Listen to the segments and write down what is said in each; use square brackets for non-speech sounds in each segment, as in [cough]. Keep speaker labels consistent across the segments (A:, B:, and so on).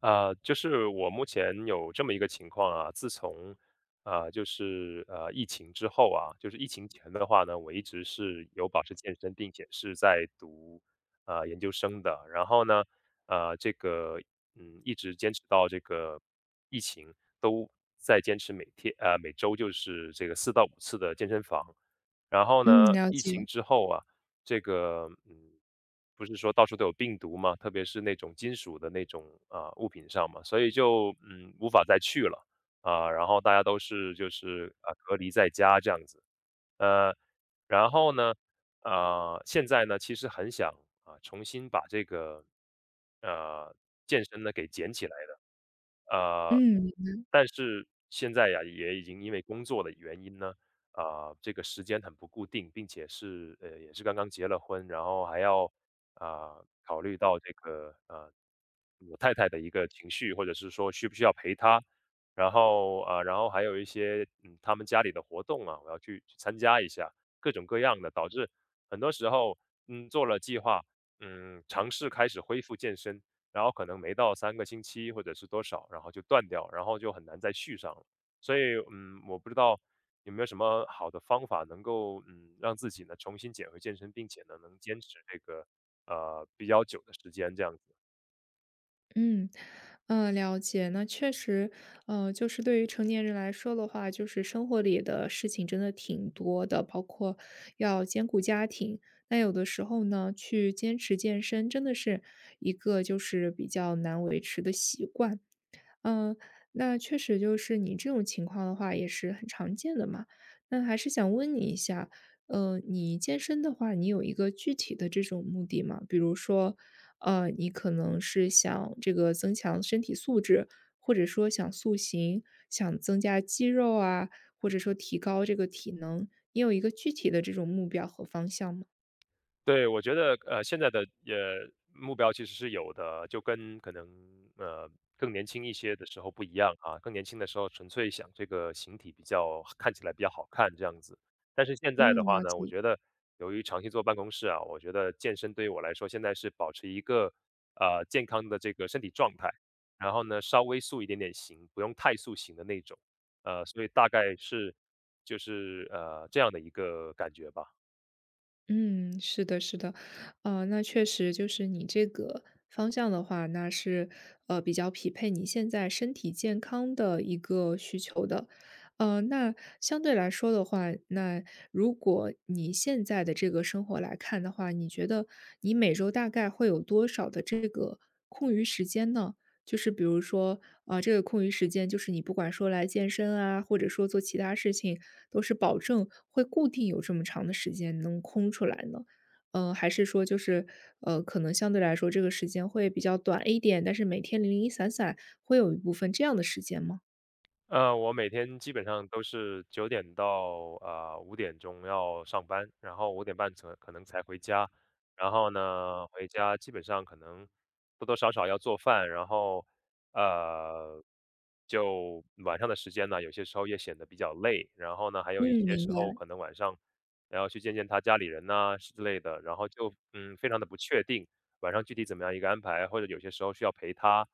A: 就是我目前有这么一个情况啊，自从疫情之后啊，就是疫情前的话呢，我一直是有保持健身，并且是在读研究生的。然后呢，呃，这个一直坚持到这个疫情都在坚持每天每周就是这个4到5次的健身房。然后呢，
B: 嗯，了
A: 疫
B: 解。
A: 情之后啊，这个嗯。不是说到处都有病毒嘛，特别是那种金属的那种啊、物品上嘛，所以就无法再去了啊、然后大家都是就是啊、隔离在家这样子。呃，然后呢，啊、现在呢其实很想啊、重新把这个呃健身呢给捡起来的。
B: 嗯。嗯。
A: 但是现在呀，也已经因为工作的原因呢，啊、这个时间很不固定，并且是也是刚刚结了婚，然后还要啊，考虑到这个，我太太的一个情绪，或者是说需不需要陪她。然后，啊，然后还有一些，他们家里的活动啊，我要去参加一下，各种各样的，导致很多时候，做了计划，尝试开始恢复健身，然后可能没到3个星期或者是多少，然后就断掉，然后就很难再续上了。所以，我不知道有没有什么好的方法能够，让自己呢重新捡回健身，并且呢能坚持这个比较久的时间这样子。
B: 嗯。了解。那确实，就是对于成年人来说的话，就是生活里的事情真的挺多的，包括要兼顾家庭。那有的时候呢，去坚持健身真的是一个就是比较难维持的习惯。嗯。那确实就是你这种情况的话也是很常见的嘛。那还是想问你一下，你健身的话，你有一个具体的这种目的吗？比如说，你可能是想这个增强身体素质，或者说想塑形，想增加肌肉啊，或者说提高这个体能，你有一个具体的这种目标和方向吗？
A: 对，我觉得现在的目标其实是有的，就跟可能呃更年轻一些的时候不一样啊。更年轻的时候纯粹想这个形体比较看起来比较好看这样子，但是现在的
B: 嗯，
A: 话
B: 了
A: 呢，我
B: 解。
A: 觉得由于长期坐办公室啊，我觉得健身对于我来说现在是保持一个健康的这个身体状态，然后呢稍微塑一点点形，不用太塑形的那种。所以大概是就是这样的一个感觉吧。
B: 嗯，是的，是的，那确实就是你这个方向的话，那是比较匹配你现在身体健康的一个需求的。那相对来说的话，那如果你现在的这个生活来看的话，你觉得你每周大概会有多少的这个空余时间呢？就是比如说，啊，这个空余时间，就是你不管说来健身啊，或者说做其他事情，都是保证会固定有这么长的时间能空出来呢？嗯，还是说就是，可能相对来说这个时间会比较短一点，但是每天零零散散会有一部分这样的时间吗？
A: 我每天基本上都是9点到啊5点钟要上班，然后5点半才可能才回家，然后呢回家基本上可能多多少少要做饭，然后呃就晚上的时间呢，有些时候也显得比较累，然后呢还有一
B: 嗯，
A: 些
B: 明
A: 时候
B: 白。
A: 可能晚上还要去见见他家里人呐、之类的，然后就非常的不确定晚上具体怎么样一个安排，或者有些时候需要陪他。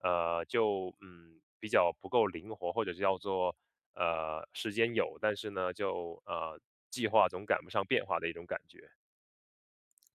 A: 就比较不够灵活，或者是叫做时间有，但是呢就计划总赶不上变化的一种感觉。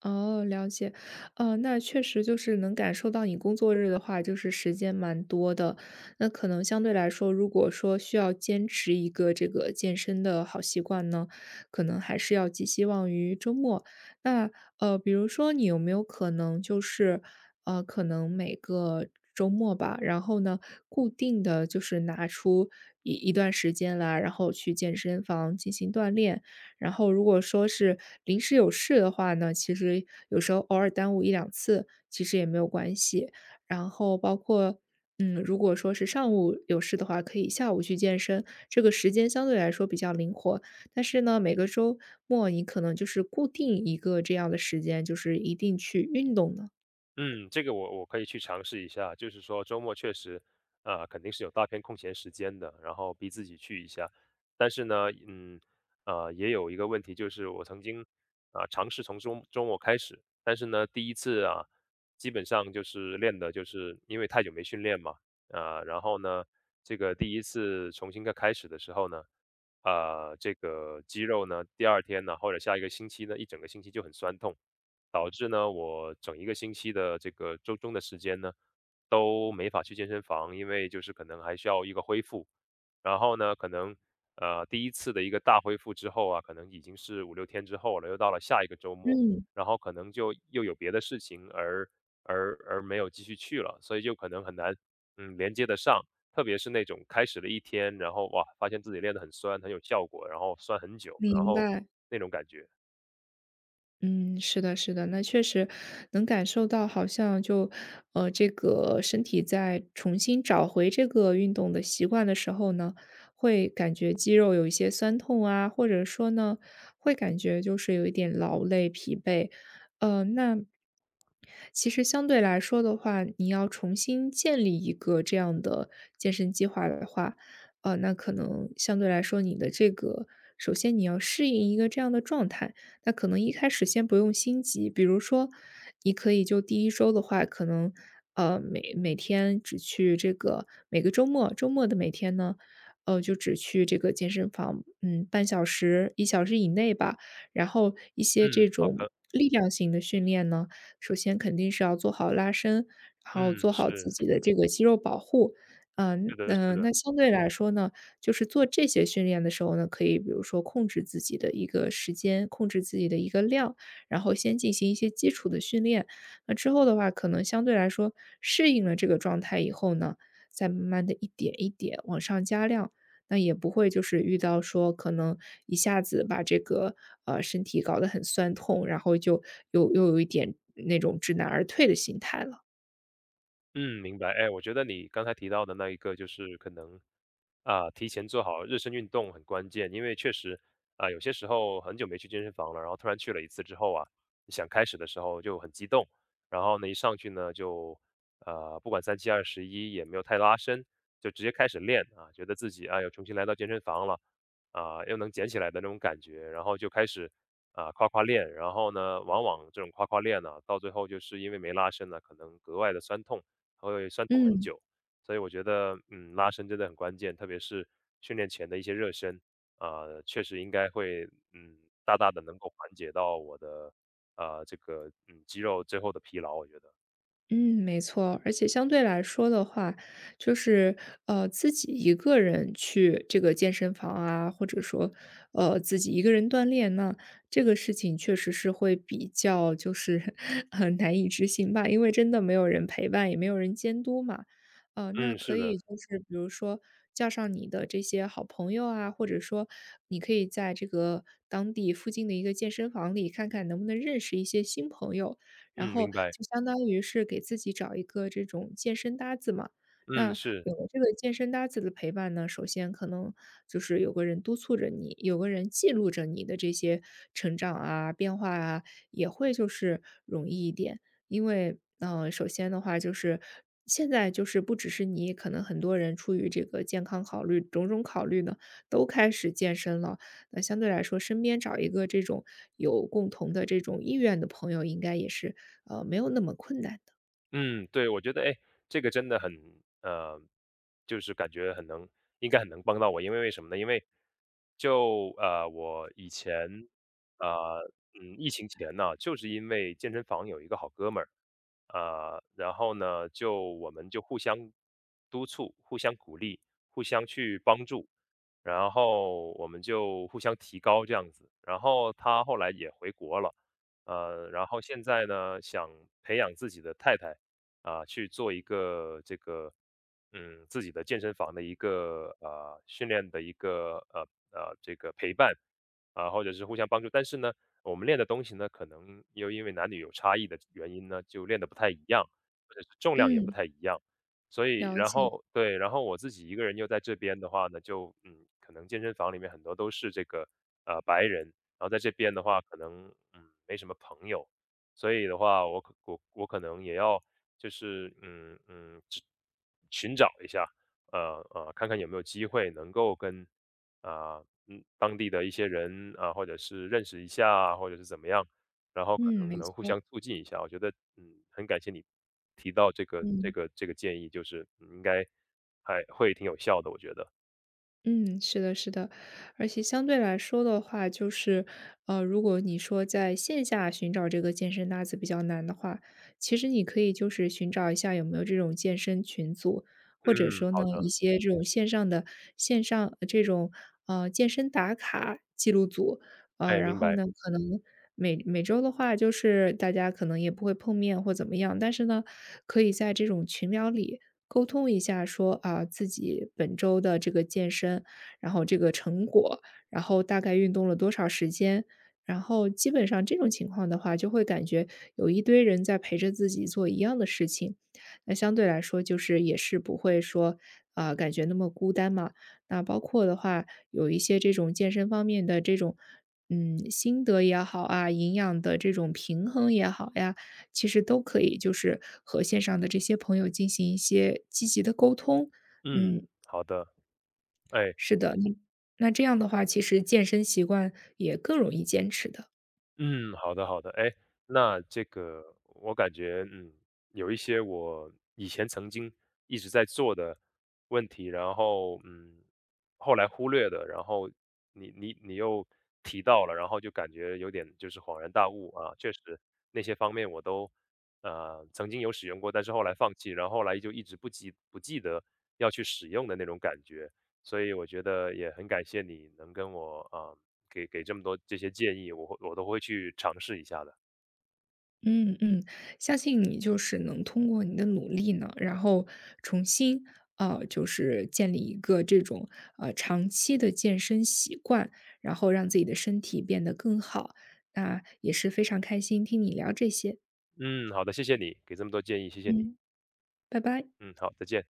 B: 哦，了解。那确实就是能感受到你工作日的话，就是时间蛮多的。那可能相对来说，如果说需要坚持一个这个健身的好习惯呢，可能还是要寄希望于周末。那比如说你有没有可能就是可能每个周末吧，然后呢，固定的就是拿出一段时间来，然后去健身房进行锻炼。然后如果说是临时有事的话呢，其实有时候偶尔耽误一两次，其实也没有关系。然后包括，嗯，如果说是上午有事的话，可以下午去健身，这个时间相对来说比较灵活。但是呢，每个周末你可能就是固定一个这样的时间，就是一定去运动的。
A: 嗯，这个我可以去尝试一下，就是说周末确实，啊、肯定是有大片空闲时间的，然后逼自己去一下。但是呢，啊、也有一个问题，就是我曾经啊、尝试从周末开始，但是呢，第一次啊，基本上就是练的，就是因为太久没训练嘛。啊、然后呢，这个第一次重新再开始的时候呢，啊、这个肌肉呢，第二天呢，或者下一个星期呢，一整个星期就很酸痛。导致呢，我整一个星期的这个周中的时间呢，都没法去健身房，因为就是可能还需要一个恢复。然后呢，可能第一次的一个大恢复之后啊，可能已经是5、6天之后了，又到了下一个周末，
B: 嗯，
A: 然后可能就又有别的事情而没有继续去了，所以就可能很难连接得上。特别是那种开始了一天，然后哇，发现自己练得很酸，很有效果，然后酸很久，然
B: 明
A: 后
B: 白。
A: 那种感觉。
B: 嗯，是的，是的，那确实能感受到，好像就，这个身体在重新找回这个运动的习惯的时候呢，会感觉肌肉有一些酸痛啊，或者说呢，会感觉就是有一点劳累、疲惫。那其实相对来说的话，你要重新建立一个这样的健身计划的话，那可能相对来说，你的这个首先你要适应一个这样的状态。那可能一开始先不用心急，比如说，你可以就第一周的话，可能，每天只去这个每个周末的每天呢，就只去这个健身房，嗯，半小时、一小时以内吧。然后一些这
A: 嗯，好
B: 种
A: 的。
B: 力量型的训练呢，首先肯定是要做好拉伸，然后
A: 嗯，
B: 做好自
A: 是。
B: 己的这个肌肉保护。嗯
A: 是的，
B: 嗯，
A: 是的。
B: 那相对来说呢，就是做这些训练的时候呢，可以比如说控制自己的一个时间，控制自己的一个量，然后先进行一些基础的训练。那之后的话，可能相对来说适应了这个状态以后呢，再慢慢的一点一点往上加量。那也不会就是遇到说可能一下子把这个身体搞得很酸痛，然后就又有一点那种知难而退的心态了。
A: 嗯，明白。哎，我觉得你刚才提到的那一个就是可能啊，提前做好热身运动很关键，因为确实啊，有些时候很久没去健身房了，然后突然去了一次之后啊，你想开始的时候就很激动，然后呢一上去呢就不管三七二十一也没有太拉伸，就直接开始练啊，觉得自己啊又重新来到健身房了啊，又能捡起来的那种感觉，然后就开始啊夸夸练，然后呢往往这种夸夸练呢、到最后就是因为没拉伸呢，可能格外的酸痛。还会酸痛很
B: 嗯。
A: 久。所以我觉得，拉伸真的很关键，特别是训练前的一些热身，啊、确实应该会，嗯，大大的能够缓解到我的，肌肉最后的疲劳。我觉得，
B: 嗯，没错，而且相对来说的话，就是自己一个人去这个健身房啊，或者说自己一个人锻炼那这个事情确实是会比较就是 [laughs] 很难以执行吧，因为真的没有人陪伴，也没有人监督嘛。那
A: 嗯，
B: 可
A: 是
B: 以
A: 的。
B: 就是比如说叫上你的这些好朋友啊，或者说你可以在这个当地附近的一个健身房里看看能不能认识一些新朋友。然
A: 嗯，
B: 后
A: 明白。
B: 就相当于是给自己找一个这种健身搭子嘛。
A: 嗯，
B: 那
A: 是。
B: 有了这个健身搭子的陪伴呢，首先可能就是有个人督促着你，有个人记录着你的这些成长啊、变化啊，也会就是容易一点。因为，嗯、首先的话就是现在就是不只是你，可能很多人出于这个健康考虑、种种考虑呢，都开始健身了。那相对来说，身边找一个这种有共同的这种意愿的朋友，应该也是没有那么困难的。
A: 嗯，对，我觉得，哎，这个真的很，呃，就是感觉很能，应该很能帮到我，因为为什么呢？因为就我以前，呃，疫情前呢，就是因为健身房有一个好哥们儿。然后呢，就我们互相督促、互相鼓励、互相去帮助，然后我们就互相提高这样子。然后他后来也回国了，然后现在呢，想培养自己的太太。啊、去做一个这个自己的健身房的一个训练的一个这个陪伴啊、或者是互相帮助。但是呢，我们练的东西呢，可能又因为男女有差异的原因呢，就练的不太一样，或者是重量也不
B: 嗯，
A: 太一样。所以，
B: 了
A: 然
B: 解。
A: 后对，然后我自己一个人又在这边的话呢，就可能健身房里面很多都是这个白人，然后在这边的话，可能没什么朋友，所以的话，我可能也要就是只寻找一下，看看有没有机会能够跟啊、当地的一些人啊、或者是认识一下啊，或者是怎么样，然后可
B: 嗯，
A: 能
B: 没
A: 能互
B: 错。
A: 相促进一下。我觉得嗯，很感谢你提到这个这
B: 嗯
A: 个这个建议，就是应该还会挺有效的，我觉得。
B: 嗯，是的，是的，而且相对来说的话，就是如果你说在线下寻找这个健身搭子比较难的话，其实你可以就是寻找一下有没有这种健身群组，或者
A: 嗯，
B: 说呢
A: 好的。
B: 一些这种线上的线上这种健身打卡记录组，啊，
A: 哎，
B: 然
A: 明
B: 后
A: 白。
B: 呢，可能每周的话，就是大家可能也不会碰面或怎么样，但是呢，可以在这种群聊里沟通一下说，啊自己本周的这个健身，然后这个成果，然后大概运动了多少时间。然后基本上这种情况的话，就会感觉有一堆人在陪着自己做一样的事情，那相对来说就是也是不会说啊、感觉那么孤单嘛。那包括的话，有一些这种健身方面的这种嗯，心得也好啊，营养的这种平衡也好呀，其实都可以，就是和线上的这些朋友进行一些积极的沟通。
A: 嗯，
B: 嗯，
A: 好的。哎。
B: 是的，那这样的话，其实健身习惯也更容易坚持的。
A: 嗯，好的好的。哎，那这个我感觉，有一些我以前曾经一直在做的问题，然后后来忽略的，然后你又提到了，然后就感觉有点就是恍然大悟啊，确实那些方面我都曾经有使用过，但是后来放弃，然后后来就一直不记得要去使用的那种感觉，所以我觉得也很感谢你能跟我啊、给这么多这些建议，我都会去尝试一下的。
B: 嗯嗯，相信你就是能通过你的努力呢，然后重新就是建立一个这种长期的健身习惯，然后让自己的身体变得更好。那也是非常开心听你聊这些。
A: 嗯，好的，谢谢你，给这么多建议，谢谢你。
B: 嗯，拜拜。
A: 嗯，好，再见。